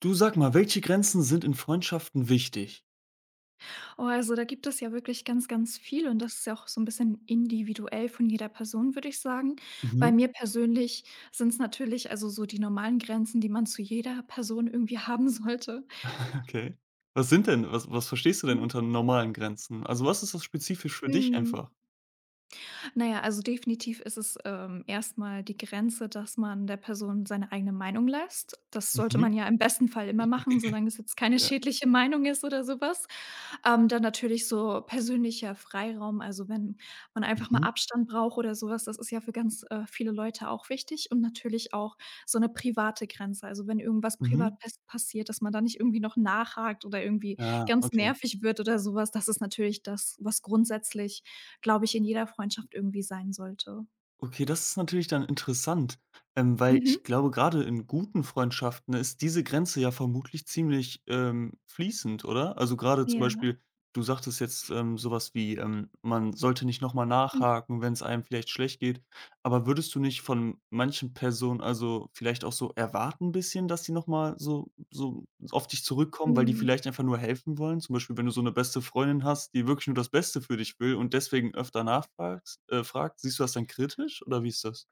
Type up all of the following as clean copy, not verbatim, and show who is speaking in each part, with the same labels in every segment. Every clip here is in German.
Speaker 1: Du sag mal, welche Grenzen sind in Freundschaften wichtig?
Speaker 2: Oh, also da gibt es ja wirklich ganz, ganz viel und das ist ja auch so ein bisschen individuell von jeder Person, würde ich sagen. Bei
Speaker 1: Mhm,
Speaker 2: mir persönlich sind es natürlich also so die normalen Grenzen, die man zu jeder Person irgendwie haben sollte.
Speaker 1: okay. Was verstehst du denn
Speaker 2: Mhm.
Speaker 1: unter normalen Grenzen? Also, was ist das spezifisch für dich
Speaker 2: Mhm.
Speaker 1: einfach?
Speaker 2: Na ja, also definitiv ist es, erst die Grenze, dass man der Person seine eigene Meinung lässt. Das sollte
Speaker 1: Mhm,
Speaker 2: man ja im besten Fall immer machen, solange es jetzt keine
Speaker 1: ja.
Speaker 2: schädliche Meinung ist oder sowas. Dann natürlich so persönlicher Freiraum, also wenn man einfach mal
Speaker 1: Mhm,
Speaker 2: Abstand braucht oder sowas, das ist ja für ganz, viele Leute auch wichtig und natürlich auch so eine private Grenze. Also, wenn irgendwas
Speaker 1: mhm.
Speaker 2: privat passiert, dass man da nicht irgendwie noch nachhakt oder irgendwie
Speaker 1: Ah,
Speaker 2: ganz
Speaker 1: okay.
Speaker 2: nervig wird oder sowas. Das ist natürlich das, was grundsätzlich, glaube ich, in jeder Freundschaft irgendwie sein sollte.
Speaker 1: Okay, das ist natürlich dann interessant, weil
Speaker 2: Mhm.
Speaker 1: ich glaube, grade in guten Freundschaften ist diese Grenze ja vermutlich ziemlich, fließend, oder? Also, grade zum
Speaker 2: Ja.
Speaker 1: Beispiel, du sagtest jetzt, so was wie, man sollte nicht noch mal nachhaken, wenn's einem vielleicht schlecht geht. Aber würdest du nicht von manchen Personen, also, vielleicht auch so erwarten bisschen, dass die noch mal so auf dich zurückkommen, weil die
Speaker 2: Mhm.
Speaker 1: vielleicht einfach nur helfen wollen? Zum Beispiel, wenn du so 'ne beste Freundin hast, die wirklich nur das Beste für dich will und deswegen öfter nachfragst fragt, siehst du das dann kritisch oder wie ist das?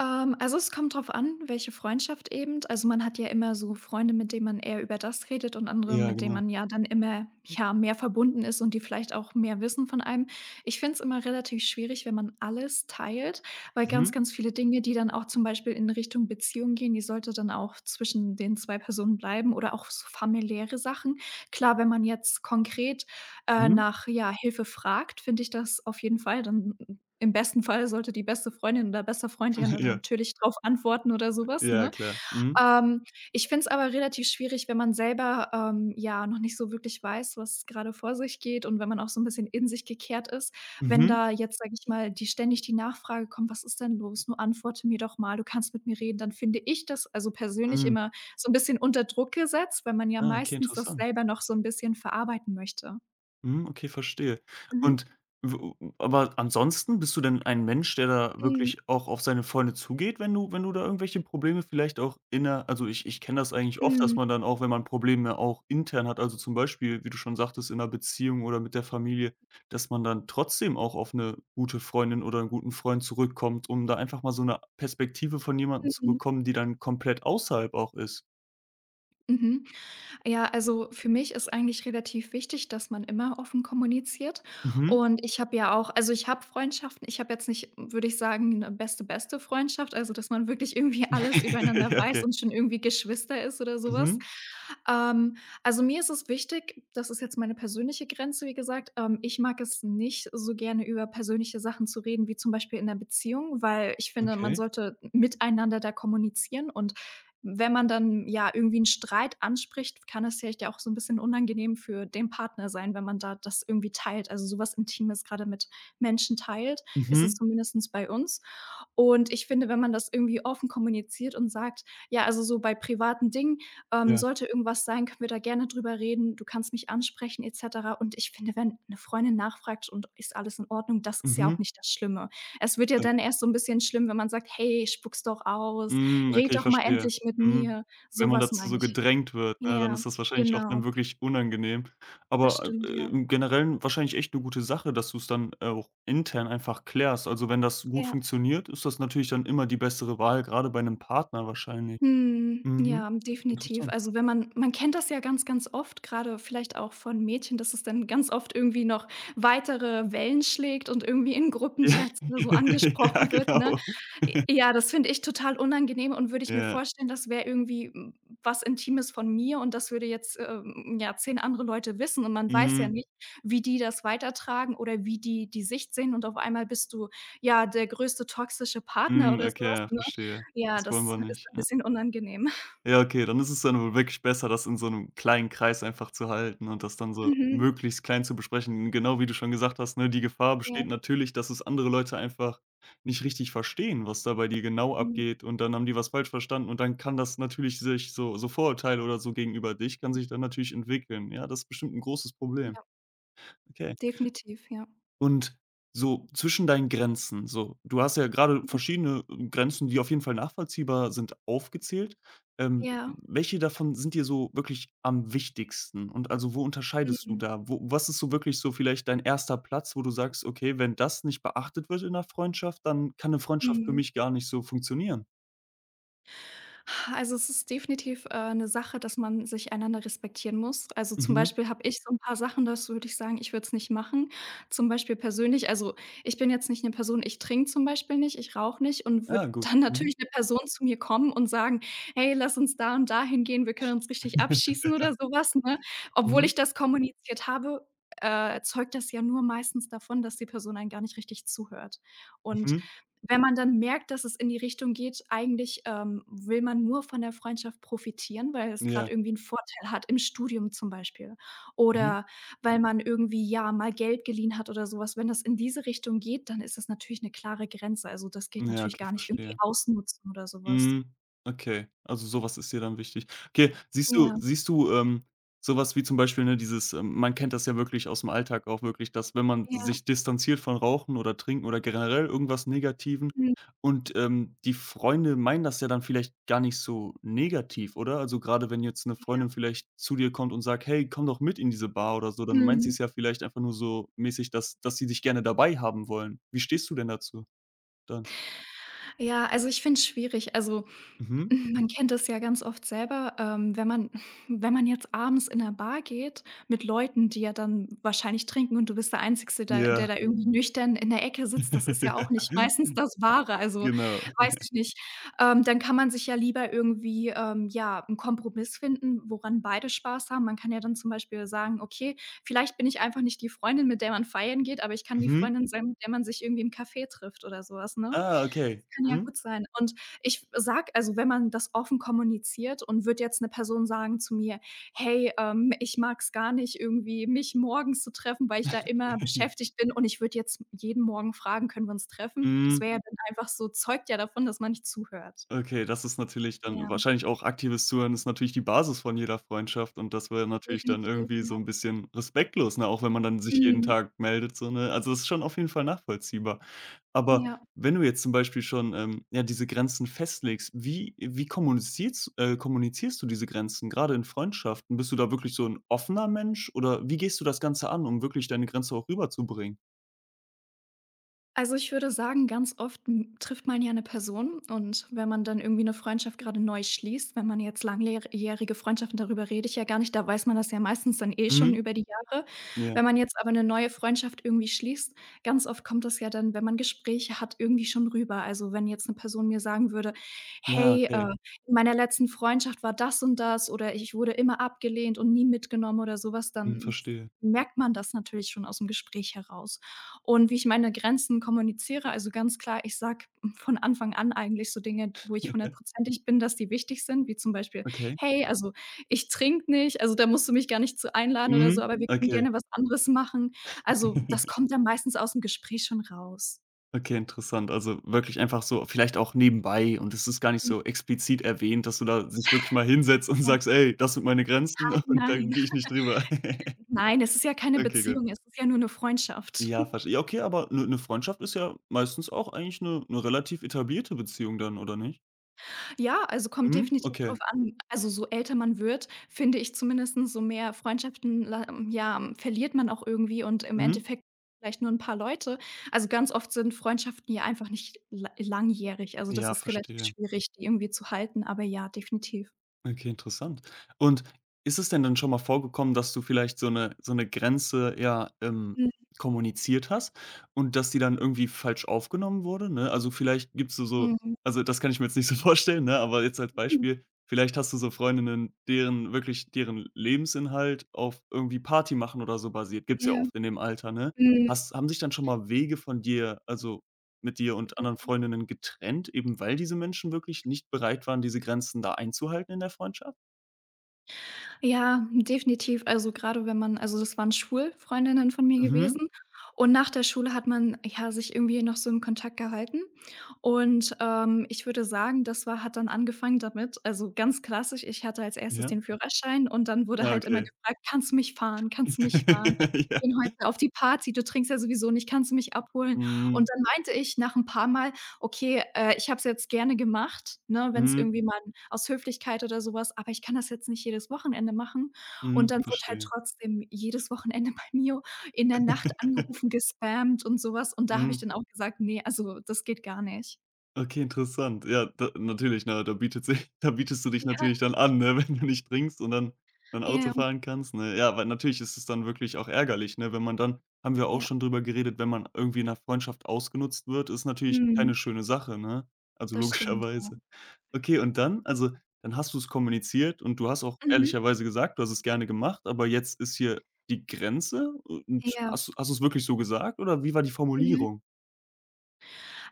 Speaker 2: Also, es kommt drauf an, welche Freundschaft eben. Also, man hat ja immer so Freunde, mit denen man eher über das redet und andere,
Speaker 1: Ja,
Speaker 2: mit denen
Speaker 1: genau.
Speaker 2: man ja dann immer, ja, mehr verbunden ist und die vielleicht auch mehr wissen von einem. Ich finde es immer relativ schwierig, wenn man alles teilt, weil
Speaker 1: Mhm.
Speaker 2: ganz, ganz viele Dinge, die dann auch zum Beispiel in Richtung Beziehung gehen, die sollte dann auch zwischen den 2 Personen bleiben oder auch so familiäre Sachen. Klar, wenn man jetzt konkret,
Speaker 1: Mhm.
Speaker 2: nach, ja, Hilfe fragt, finde ich das auf jeden Fall, dann im besten Fall sollte die beste Freundin oder bester Freund ja dann
Speaker 1: Ja.
Speaker 2: natürlich drauf antworten oder so was,
Speaker 1: Ja,
Speaker 2: ne?
Speaker 1: klar. Mhm.
Speaker 2: Ähm, Ich finde es aber relativ schwierig, wenn man selber, ja, noch nicht so wirklich weiß, was grade vor sich geht und wenn man auch so 'n bisschen in sich gekehrt ist, wenn
Speaker 1: Mhm.
Speaker 2: da jetzt, sage ich mal, die ständig die Nachfrage kommt: „Was ist denn los? Nur antworte mir doch mal, du kannst mit mir reden." Dann finde ich das also persönlich
Speaker 1: Mhm.
Speaker 2: immer so 'n bisschen unter Druck gesetzt, weil man ja
Speaker 1: Ah, okay,
Speaker 2: meistens das
Speaker 1: interessant.
Speaker 2: selber noch so 'n bisschen verarbeiten möchte.
Speaker 1: Mhm, okay, verstehe.
Speaker 2: Mhm.
Speaker 1: Und w aber ansonsten bist du denn ein Mensch, der da
Speaker 2: Mhm.
Speaker 1: wirklich auch auf seine Freunde zugeht, wenn du wenn du da irgendwelche Probleme vielleicht auch inner also, ich kenne das eigentlich oft, dass
Speaker 2: Mhm.
Speaker 1: man dann auch, wenn man Probleme auch intern hat, also, zum Beispiel, wie du schon sagtest, in 'ner Beziehung oder mit der Familie, dass man dann trotzdem auch auf eine gute Freundin oder einen guten Freund zurückkommt, um da einfach mal so eine Perspektive von jemandem zu
Speaker 2: Mhm.
Speaker 1: bekommen, die dann komplett außerhalb auch ist.
Speaker 2: Mhm. Ja, also für mich ist eigentlich relativ wichtig, dass man immer offen kommuniziert.
Speaker 1: Mhm.
Speaker 2: Und ich habe ja auch also, ich habe Freundschaften. Ich habe jetzt nicht, würde ich sagen, 'ne beste, beste Freundschaft, also, dass man wirklich irgendwie alles übereinander
Speaker 1: Ja,
Speaker 2: weiß
Speaker 1: okay.
Speaker 2: und schon irgendwie Geschwister ist oder sowas.
Speaker 1: Mhm.
Speaker 2: Ähm, also, mir ist es wichtig, das ist jetzt meine persönliche Grenze, wie gesagt, ich mag es nicht so gerne, über persönliche Sachen zu reden, wie zum Beispiel in der Beziehung, weil ich finde, man
Speaker 1: Okay.
Speaker 2: sollte miteinander da kommunizieren und wenn man dann, ja, irgendwie einen Streit anspricht, kann es vielleicht ja auch so ein bisschen unangenehm für den Partner sein, wenn man da das irgendwie teilt. Also, sowas Intimes gerade mit Menschen teilt, ist es
Speaker 1: Mhm.
Speaker 2: zumindest bei uns und ich finde, wenn man das irgendwie offen kommuniziert und sagt: „Ja, also, so bei privaten Dingen,
Speaker 1: Ja.
Speaker 2: sollte irgendwas sein, können wir da gerne drüber reden. Du kannst mich ansprechen et cetera." Und ich finde, wenn eine Freundin nachfragt und ist alles in Ordnung, das ist ja
Speaker 1: Mhm.
Speaker 2: auch nicht das Schlimme. Es wird ja dann erst so ein bisschen schlimm, wenn man sagt: „Hey, spuck's doch aus,
Speaker 1: Hm, okay,
Speaker 2: red
Speaker 1: ich
Speaker 2: doch mal
Speaker 1: verstehe.
Speaker 2: endlich mit
Speaker 1: Mhm.
Speaker 2: mir."
Speaker 1: Wenn
Speaker 2: So
Speaker 1: man
Speaker 2: was
Speaker 1: dazu so
Speaker 2: meine ich.
Speaker 1: gedrängt wird, ne, dann
Speaker 2: Ja,
Speaker 1: ist das wahrscheinlich auch dann
Speaker 2: genau.
Speaker 1: wirklich unangenehm.
Speaker 2: Das
Speaker 1: Aber,
Speaker 2: stimmt,
Speaker 1: äh,
Speaker 2: ja.
Speaker 1: im Generellen wahrscheinlich echt 'ne gute Sache, dass du's dann auch intern einfach klärst. Also, wenn das gut
Speaker 2: Ja.
Speaker 1: funktioniert, ist das natürlich dann immer die bessere Wahl, grade bei 'nem Partner wahrscheinlich.
Speaker 2: Mhm,
Speaker 1: Mhm.
Speaker 2: ja, definitiv.
Speaker 1: Interessant.
Speaker 2: Also, wenn man man kennt das ja ganz, ganz oft. Gerade vielleicht auch von Mädchen, dass es dann ganz oft irgendwie noch weitere Wellen schlägt und irgendwie in Gruppenchats
Speaker 1: Ja.
Speaker 2: oder so
Speaker 1: Ja,
Speaker 2: angesprochen wird, ne?
Speaker 1: genau.
Speaker 2: Ja, das finde ich total unangenehm und würde ich mir
Speaker 1: Ja.
Speaker 2: vorstellen, das wäre irgendwie was Intimes von mir und das würde jetzt, ja, 10 andere Leute wissen und man weiß ja
Speaker 1: Mhm.
Speaker 2: nicht, wie die das weitertragen oder wie die die Sicht sehen und auf einmal bist du, ja, der größte toxische Partner
Speaker 1: Mhm,
Speaker 2: oder
Speaker 1: okay,
Speaker 2: sowas,
Speaker 1: ja,
Speaker 2: ne?
Speaker 1: verstehe.
Speaker 2: Ja,
Speaker 1: Das wollen
Speaker 2: das
Speaker 1: wir
Speaker 2: ist
Speaker 1: nicht.
Speaker 2: ein bisschen unangenehm.
Speaker 1: Ja, okay, dann ist es dann wohl wirklich besser, das in so einem kleinen Kreis einfach zu halten und das dann so
Speaker 2: Mhm.
Speaker 1: möglichst klein zu besprechen. Genau wie du schon gesagt hast, ne, die Gefahr
Speaker 2: Ja,
Speaker 1: besteht natürlich, dass es andere Leute einfach nicht richtig verstehen, was da bei dir genau
Speaker 2: mhm.
Speaker 1: abgeht und dann haben die was falsch verstanden und dann kann das natürlich sich so Vorurteile oder so gegenüber dich kann sich dann natürlich entwickeln. Ja, das ist bestimmt ein großes Problem.
Speaker 2: Ja,
Speaker 1: Okay.
Speaker 2: definitiv, ja.
Speaker 1: Und so zwischen deinen Grenzen, so du hast ja gerade
Speaker 2: Mhm.
Speaker 1: verschiedene Grenzen, die auf jeden Fall nachvollziehbar sind, aufgezählt.
Speaker 2: Ja.
Speaker 1: Welche davon sind dir so wirklich am wichtigsten? Und also, wo unterscheidest du
Speaker 2: Mhm.
Speaker 1: da? Wo was ist so wirklich so vielleicht dein erster Platz, wo du sagst: „Okay, wenn das nicht beachtet wird in der Freundschaft, dann kann eine Freundschaft für
Speaker 2: Mhm.
Speaker 1: mich gar nicht so funktionieren?“
Speaker 2: Also, es ist definitiv, 'ne Sache, dass man sich einander respektieren muss. Also, zum
Speaker 1: Mhm.
Speaker 2: Beispiel habe ich so ein paar Sachen, das würde ich sagen, ich würde es nicht machen. Zum Beispiel persönlich also, ich bin jetzt nicht eine Person, ich trinke zum Beispiel nicht, ich rauche nicht und
Speaker 1: Ah,
Speaker 2: würde
Speaker 1: gut.
Speaker 2: dann
Speaker 1: Mhm.
Speaker 2: natürlich eine Person zu mir kommen und sagen: „Hey, lass uns da und da hingehen, wir können uns richtig abschießen" oder sowas, ne? Obwohl
Speaker 1: Mhm.
Speaker 2: ich das kommuniziert habe, zeugt das ja nur meistens davon, dass die Person einem gar nicht richtig zuhört. Und
Speaker 1: Mhm.
Speaker 2: wenn man dann merkt, dass es in die Richtung geht, eigentlich, will man nur von der Freundschaft profitieren, weil es
Speaker 1: Ja.
Speaker 2: gerade irgendwie 'n Vorteil hat im Studium zum Beispiel
Speaker 1: Mhm.
Speaker 2: oder weil man irgendwie, ja, mal Geld geliehen hat oder so was. Wenn das in diese Richtung geht, dann ist das natürlich 'ne klare Grenze. Also, das geht
Speaker 1: Ja,
Speaker 2: natürlich
Speaker 1: okay,
Speaker 2: gar nicht irgendwie
Speaker 1: verstehe.
Speaker 2: ausnutzen oder so was.
Speaker 1: Mhm. Okay, also sowas ist dir dann wichtig. Okay,
Speaker 2: Ja,
Speaker 1: siehst du, so wie zum Beispiel, ne, dieses man kennt das ja wirklich aus dem Alltag auch wirklich, dass wenn man
Speaker 2: ja,
Speaker 1: sich distanziert von Rauchen oder Trinken oder generell irgendwas Negativen
Speaker 2: mhm,
Speaker 1: und, die Freunde meinen das ja dann vielleicht gar nicht so negativ, oder? Also, gerade wenn jetzt eine
Speaker 2: ja,
Speaker 1: Freundin vielleicht zu dir kommt und sagt: „Hey, komm doch mit in diese Bar“ oder so, dann meint sie
Speaker 2: mhm.
Speaker 1: es ja vielleicht einfach nur so mäßig, dass sie dich gerne dabei haben wollen. Wie stehst du denn dazu dann?
Speaker 2: Ja, also, ich finde es schwierig. Also,
Speaker 1: Mhm.
Speaker 2: man kennt es ja ganz oft selber, wenn man wenn man jetzt abends in der Bar geht mit Leuten, die ja dann wahrscheinlich trinken und du bist der Einzige, da der
Speaker 1: Ja.
Speaker 2: da irgendwie nüchtern in der Ecke
Speaker 1: Ja.
Speaker 2: sitzt, das ist ja auch nicht meistens das Wahre, also,
Speaker 1: Genau.
Speaker 2: weiß ich nicht. Dann kann man sich ja lieber irgendwie, ja, einen Kompromiss finden, woran beide Spaß haben. Man kann ja dann zum Beispiel sagen: „Okay, vielleicht bin ich einfach nicht die Freundin, mit der man feiern geht, aber ich kann die
Speaker 1: Mhm.
Speaker 2: Freundin sein, mit der man sich irgendwie im Café trifft" oder sowas, ne?
Speaker 1: Ah,
Speaker 2: Das
Speaker 1: okay.
Speaker 2: kann ja
Speaker 1: Mhm.
Speaker 2: gut sein. Und ich sag also, wenn man das offen kommuniziert und wird jetzt eine Person sagen zu mir: „Hey, ich mag es gar nicht irgendwie, mich morgens zu treffen, weil ich da immer beschäftigt bin" und ich würde jetzt jeden Morgen fragen: „Können wir uns treffen?"
Speaker 1: Hm,
Speaker 2: Das wäre ja dann einfach so zeugt ja davon, dass man nicht zuhört.
Speaker 1: okay, das ist natürlich dann
Speaker 2: Ja,
Speaker 1: wahrscheinlich auch aktives Zuhören ist natürlich die Basis von jeder Freundschaft und das wäre natürlich dann
Speaker 2: definitiv,
Speaker 1: irgendwie
Speaker 2: ja.
Speaker 1: so ein bisschen respektlos, ne, auch wenn man dann sich jeden
Speaker 2: Mhm.
Speaker 1: Tag meldet, so, ne? Also, das ist schon auf jeden Fall nachvollziehbar. Aber
Speaker 2: Ja.
Speaker 1: wenn du jetzt zum Beispiel schon, ja, diese Grenzen festlegst, wie kommunizierst du diese Grenzen, gerade in Freundschaften? Bist du da wirklich so ein offener Mensch oder wie gehst du das Ganze an, um wirklich deine Grenze auch rüberzubringen?
Speaker 2: Also, ich würde sagen, ganz oft trifft man ja eine Person und wenn man dann irgendwie eine Freundschaft gerade neu schließt, wenn man jetzt langjährige Freundschaften darüber rede ich ja gar nicht, da weiß man das ja meistens dann eh schon
Speaker 1: Mhm.
Speaker 2: über die Jahre.
Speaker 1: Ja.
Speaker 2: Wenn man jetzt aber eine neue Freundschaft irgendwie schließt, ganz oft kommt das ja dann, wenn man Gespräche hat, irgendwie schon rüber. Also, wenn jetzt eine Person mir sagen würde:
Speaker 1: Na,
Speaker 2: „Hey,
Speaker 1: okay.
Speaker 2: in meiner letzten Freundschaft war das und das" oder „ich wurde immer abgelehnt und nie mitgenommen" oder sowas,
Speaker 1: Mhm,
Speaker 2: dann
Speaker 1: verstehe.
Speaker 2: merkt man das natürlich schon aus dem Gespräch heraus und wie ich meine Grenzen kommuniziere. Also, ganz klar, ich sage von Anfang an eigentlich so Dinge, wo ich hundertprozentig bin, dass die wichtig sind, wie zum Beispiel:
Speaker 1: Okay.
Speaker 2: „Hey, also, ich trinke nicht, also, da musst du mich gar nicht zu einladen oder so,
Speaker 1: Mhm,
Speaker 2: aber wir können
Speaker 1: okay.
Speaker 2: gerne was anderes machen." Also, das kommt dann meistens aus dem Gespräch schon raus.
Speaker 1: Okay, interessant. Also, wirklich einfach so vielleicht auch nebenbei und es ist gar nicht so explizit erwähnt, dass du da sich wirklich mal hinsetzt und
Speaker 2: Ja,
Speaker 1: sagst: „Ey, das sind meine Grenzen und da
Speaker 2: nein,
Speaker 1: gehe
Speaker 2: nein.
Speaker 1: ich nicht drüber.“
Speaker 2: Nein, es ist ja keine
Speaker 1: Okay, gut.
Speaker 2: Beziehung, es ist ja nur eine Freundschaft.
Speaker 1: Ja, verstehe. Ja, okay, aber eine Freundschaft ist ja meistens auch eigentlich eine 'ne relativ etablierte Beziehung dann, oder nicht?
Speaker 2: Ja, also kommt
Speaker 1: Mhm,
Speaker 2: definitiv drauf
Speaker 1: okay.
Speaker 2: an. Also, so älter man wird, finde ich zumindest, so mehr Freundschaften, la ja, verliert man auch irgendwie und im
Speaker 1: Mhm.
Speaker 2: Endeffekt vielleicht nur ein paar Leute. Also, ganz oft sind Freundschaften ja einfach nicht la langjährig. Also, das
Speaker 1: Ja,
Speaker 2: ist relativ
Speaker 1: verstehe.
Speaker 2: schwierig, die irgendwie zu halten, aber ja, definitiv.
Speaker 1: Okay, interessant. Und ist es denn dann schon mal vorgekommen, dass du vielleicht so eine Grenze, ja,
Speaker 2: Mhm,
Speaker 1: kommuniziert hast und dass die dann irgendwie falsch aufgenommen wurde, ne? Also, vielleicht gibst du so
Speaker 2: mhm,
Speaker 1: also, das kann ich mir jetzt nicht so vorstellen, ne, aber jetzt als Beispiel, vielleicht hast du so Freundinnen, deren wirklich deren Lebensinhalt auf irgendwie Party machen oder so basiert. Gibt's ja
Speaker 2: ja,
Speaker 1: oft in dem Alter, ne?
Speaker 2: mhm.
Speaker 1: Hast haben sich dann schon mal Wege von dir also mit dir und anderen Freundinnen getrennt, eben weil diese Menschen wirklich nicht bereit waren, diese Grenzen da einzuhalten in der Freundschaft?
Speaker 2: Ja, definitiv. Also, gerade wenn man also, das waren Schulfreundinnen von mir
Speaker 1: Mhm.
Speaker 2: gewesen und nach der Schule hat man, ja, sich irgendwie noch so im Kontakt gehalten und, ich würde sagen, das war hat dann angefangen damit also, ganz klassisch, ich hatte als Erstes
Speaker 1: Ja.
Speaker 2: den Führerschein und dann wurde
Speaker 1: Ah,
Speaker 2: halt immer
Speaker 1: okay.
Speaker 2: gefragt: „Kannst du mich fahren? Kannst du mich fahren? Wir
Speaker 1: Ja.
Speaker 2: gehen heute auf die Party, du trinkst ja sowieso nicht, kannst du mich abholen?"
Speaker 1: Mhm.
Speaker 2: Und dann meinte ich nach ein paar Mal: „Okay, ich habe es jetzt gerne gemacht, ne, wenn es
Speaker 1: Mhm.
Speaker 2: irgendwie mal" aus Höflichkeit oder sowas, aber ich kann das jetzt nicht jedes Wochenende machen.
Speaker 1: Mhm.
Speaker 2: Und dann wurde halt
Speaker 1: Verstehe.
Speaker 2: trotzdem jedes Wochenende bei mir in der Nacht angerufen, gespammt und sowas. Und da habe ich
Speaker 1: Mhm.
Speaker 2: dann auch gesagt: „Ne, also das geht gar nicht."
Speaker 1: Okay, interessant. Na, da bietet sich da bietest du dich natürlich
Speaker 2: Ja,
Speaker 1: dann an, ne, wenn du nicht trinkst und dann Auto
Speaker 2: ja,
Speaker 1: fahren kannst, ne? Ja, weil natürlich ist es dann wirklich auch ärgerlich, ne, wenn man dann haben wir auch
Speaker 2: ja.
Speaker 1: schon drüber geredet, wenn man irgendwie in 'ner Freundschaft ausgenutzt wird, ist natürlich
Speaker 2: Mhm.
Speaker 1: keine schöne Sache, ne? Also
Speaker 2: Das stimmt, ja.
Speaker 1: logischerweise. Okay, und dann? Also, dann hast du's kommuniziert und du hast auch
Speaker 2: Mhm.
Speaker 1: ehrlicherweise gesagt, du hast es gerne gemacht, aber jetzt ist hier die Grenze und
Speaker 2: Ja.
Speaker 1: hast du's wirklich so gesagt oder wie war die
Speaker 2: Mhm.
Speaker 1: Formulierung?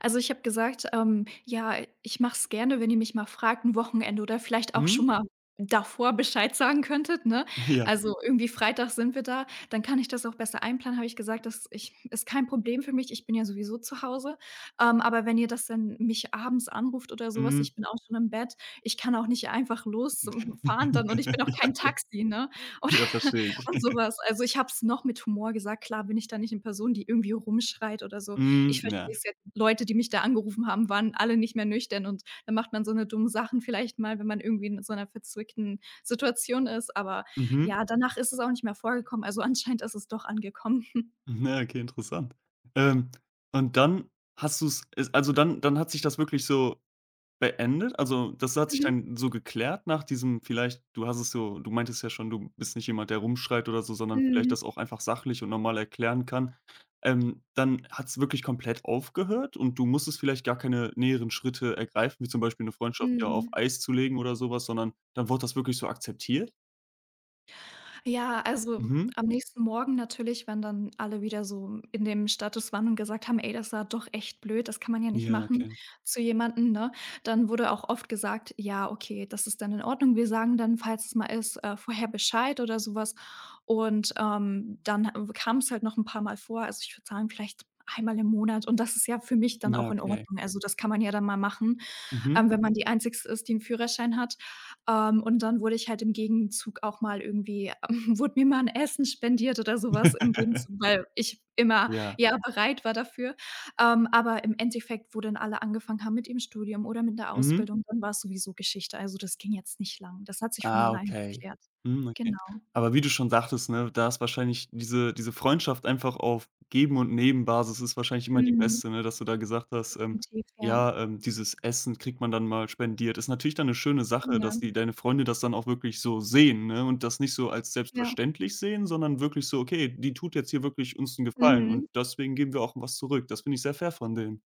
Speaker 2: Also, ich habe gesagt, ja, ich mache es gerne, wenn ihr mich mal fragt, ein Wochenende oder vielleicht auch
Speaker 1: Mhm.
Speaker 2: schon mal davor Bescheid sagen könntet, ne?
Speaker 1: Ja.
Speaker 2: Also, irgendwie Freitag sind wir da, dann kann ich das auch besser einplanen, habe ich gesagt, dass ich ist kein Problem für mich, ich bin ja sowieso zu Hause. Aber wenn ihr das dann mich abends anruft oder sowas,
Speaker 1: Mhm.
Speaker 2: ich bin auch schon im Bett, ich kann auch nicht einfach losfahren dann und ich bin auch kein Taxi, ne? Oder
Speaker 1: Ja, ja, verstehe ich.
Speaker 2: und sowas. Also, ich habe es noch mit Humor gesagt, klar bin ich da nicht eine Person, die irgendwie rumschreit oder so.
Speaker 1: Mhm,
Speaker 2: Ich verstehe
Speaker 1: ja.
Speaker 2: es jetzt. Leute, die mich da angerufen haben, waren alle nicht mehr nüchtern, und dann macht man so 'ne dumme Sachen vielleicht mal, wenn man irgendwie in so 'ner verzwickten Situation ist, aber
Speaker 1: Mhm.
Speaker 2: ja, danach ist es auch nicht mehr vorgekommen. Also, anscheinend ist es doch angekommen.
Speaker 1: Na, okay, interessant. Ähm, und dann hast du's es also, dann hat sich das wirklich so beendet? Also, das hat sich
Speaker 2: Mhm.
Speaker 1: dann so geklärt nach diesem vielleicht du hast es so du meintest ja schon, du bist nicht jemand, der rumschreit oder so, sondern vielleicht
Speaker 2: Mhm.
Speaker 1: das auch einfach sachlich und normal erklären kann. Dann hat's wirklich komplett aufgehört und du musstest vielleicht gar keine näheren Schritte ergreifen, wie zum Beispiel 'ne Freundschaft ja auf
Speaker 2: Mhm.
Speaker 1: Eis zu legen oder so was, sondern dann wurde das wirklich so akzeptiert?
Speaker 2: Ja, also
Speaker 1: Mhm.
Speaker 2: am nächsten Morgen natürlich, wenn dann alle wieder so in dem Status waren und gesagt haben: „Ey, das war doch echt blöd, das kann man ja nicht
Speaker 1: Ja,
Speaker 2: machen“,
Speaker 1: okay.
Speaker 2: zu jemandem, ne? Dann wurde auch oft gesagt: „Ja, okay, das ist dann in Ordnung. Wir sagen dann, falls es mal ist, vorher Bescheid“ oder sowas. Und, dann kam es halt noch ein paar Mal vor. Also, ich würde sagen, vielleicht einmal im Monat, und das ist ja für mich dann
Speaker 1: Na,
Speaker 2: auch in
Speaker 1: okay.
Speaker 2: Ordnung. Also, das kann man ja dann mal machen,
Speaker 1: Mhm.
Speaker 2: wenn man die Einzigste ist, die 'n Führerschein hat. Und dann wurde ich halt im Gegenzug auch mal irgendwie wurde mir mal 'n Essen spendiert oder so was im Gegenzug, weil ich immer,
Speaker 1: Ja.
Speaker 2: ja, bereit war dafür. Aber im Endeffekt, wo dann alle angefangen haben mit ihrem Studium oder mit der
Speaker 1: Mhm.
Speaker 2: Ausbildung, dann war's sowieso Geschichte. Also, das ging jetzt nicht lang. Das hat sich von
Speaker 1: Ah,
Speaker 2: alleine
Speaker 1: okay.
Speaker 2: geklärt.
Speaker 1: Mhm, okay.
Speaker 2: Genau.
Speaker 1: Aber wie du schon sagtest, ne, da ist wahrscheinlich diese Freundschaft einfach auf Geben und Nehmen Basis ist wahrscheinlich immer die
Speaker 2: Mhm.
Speaker 1: beste, ne, dass du da gesagt hast,
Speaker 2: Definitiv, ja.
Speaker 1: ja, dieses Essen kriegt man dann mal spendiert. Ist natürlich dann eine schöne Sache,
Speaker 2: Ja,
Speaker 1: dass die deine Freunde das dann auch wirklich so sehen, ne, und das nicht so als
Speaker 2: ja.
Speaker 1: selbstverständlich sehen, sondern wirklich so: „Okay, die tut jetzt hier wirklich uns einen Gefallen und
Speaker 2: Mhm.
Speaker 1: deswegen geben wir auch was zurück.“ Das finde ich sehr fair von denen.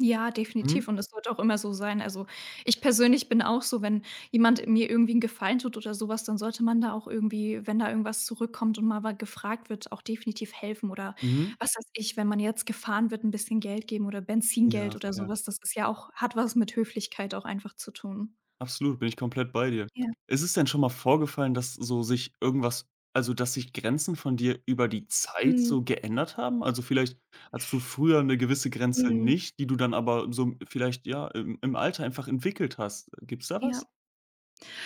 Speaker 2: Ja,
Speaker 1: Mhm.
Speaker 2: definitiv, und es sollte auch immer so sein. Also, ich persönlich bin auch so, wenn jemand mir irgendwie einen Gefallen tut oder sowas, dann sollte man da auch irgendwie, wenn da irgendwas zurückkommt und mal wa gefragt wird, auch definitiv helfen oder
Speaker 1: Mhm.
Speaker 2: was weiß ich, wenn man jetzt gefahren wird, ein bisschen Geld geben oder Benzingeld
Speaker 1: Ja,
Speaker 2: oder
Speaker 1: fair.
Speaker 2: sowas. Das ist ja auch hat was mit Höflichkeit auch einfach zu tun.
Speaker 1: Absolut, bin ich komplett bei dir.
Speaker 2: Ja.
Speaker 1: Ist es denn schon mal vorgefallen, dass so sich irgendwas also, dass sich Grenzen von dir über die Zeit so
Speaker 2: Mhm.
Speaker 1: geändert haben? Also, vielleicht hattest du früher eine gewisse Grenze
Speaker 2: Mhm.
Speaker 1: nicht, die du dann aber so vielleicht, ja, im Alter einfach entwickelt hast. Gibt's da
Speaker 2: Ja.
Speaker 1: was?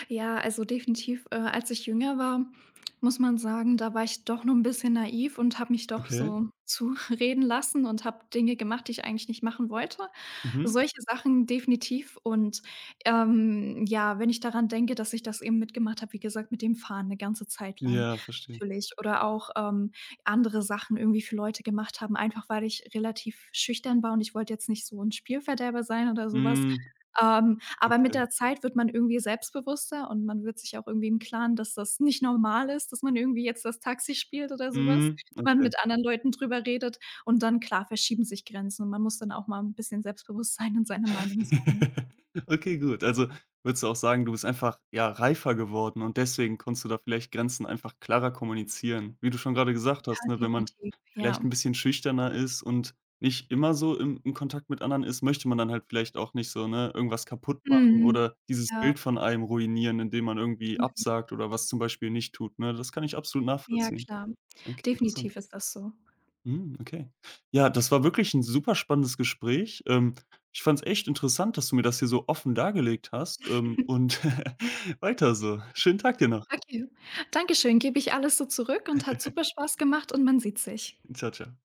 Speaker 2: Ja, also definitiv, als ich jünger war, muss man sagen, da war ich doch noch ein bisschen naiv und habe mich doch
Speaker 1: Okay.
Speaker 2: so zureden lassen und habe Dinge gemacht, die ich eigentlich nicht machen wollte.
Speaker 1: Mhm.
Speaker 2: Solche Sachen definitiv und, ja, wenn ich daran denke, dass ich das eben mitgemacht habe, wie gesagt, mit dem Fahren eine ganze Zeit lang
Speaker 1: Ja, verstehe.
Speaker 2: natürlich oder auch, andere Sachen irgendwie für Leute gemacht haben, einfach weil ich relativ schüchtern war und ich wollte jetzt nicht so ein Spielverderber sein oder sowas.
Speaker 1: Mhm.
Speaker 2: Ähm, aber mit
Speaker 1: Okay.
Speaker 2: der Zeit wird man irgendwie selbstbewusster und man wird sich auch irgendwie im Klaren, dass das nicht normal ist, dass man irgendwie jetzt das Taxi spielt oder sowas,
Speaker 1: Mhm.
Speaker 2: man
Speaker 1: Okay.
Speaker 2: mit anderen Leuten drüber redet, und dann klar, verschieben sich Grenzen und man muss dann auch mal 'n bisschen selbstbewusst sein und seine Meinung sagen.
Speaker 1: Okay, gut. Also, würdest du auch sagen, du bist einfach, ja, reifer geworden und deswegen konntest du da vielleicht Grenzen einfach klarer kommunizieren. Wie du schon gerade gesagt hast,
Speaker 2: Ja,
Speaker 1: ne, wenn man
Speaker 2: definitiv,
Speaker 1: vielleicht
Speaker 2: ja.
Speaker 1: ein bisschen schüchterner ist und nicht immer so im Kontakt mit anderen ist, möchte man dann halt vielleicht auch nicht so, ne, irgendwas kaputt machen
Speaker 2: Mhm.
Speaker 1: oder dieses
Speaker 2: Ja,
Speaker 1: Bild von einem ruinieren, indem man irgendwie
Speaker 2: mhm.
Speaker 1: absagt oder was zum Beispiel nicht tut, ne? Das kann ich absolut
Speaker 2: Ja,
Speaker 1: nachvollziehen.
Speaker 2: klar.
Speaker 1: Okay, interessant.
Speaker 2: Definitiv ist das so.
Speaker 1: Mhm, okay. Ja, das war wirklich ein super spannendes Gespräch. Ich fand es echt interessant, dass du mir das hier so offen dargelegt hast, und weiter so. Schönen Tag dir noch.
Speaker 2: Okay. Dankeschön, gebe ich alles so zurück und hat super Spaß gemacht und man sieht sich.
Speaker 1: Ciao ciao.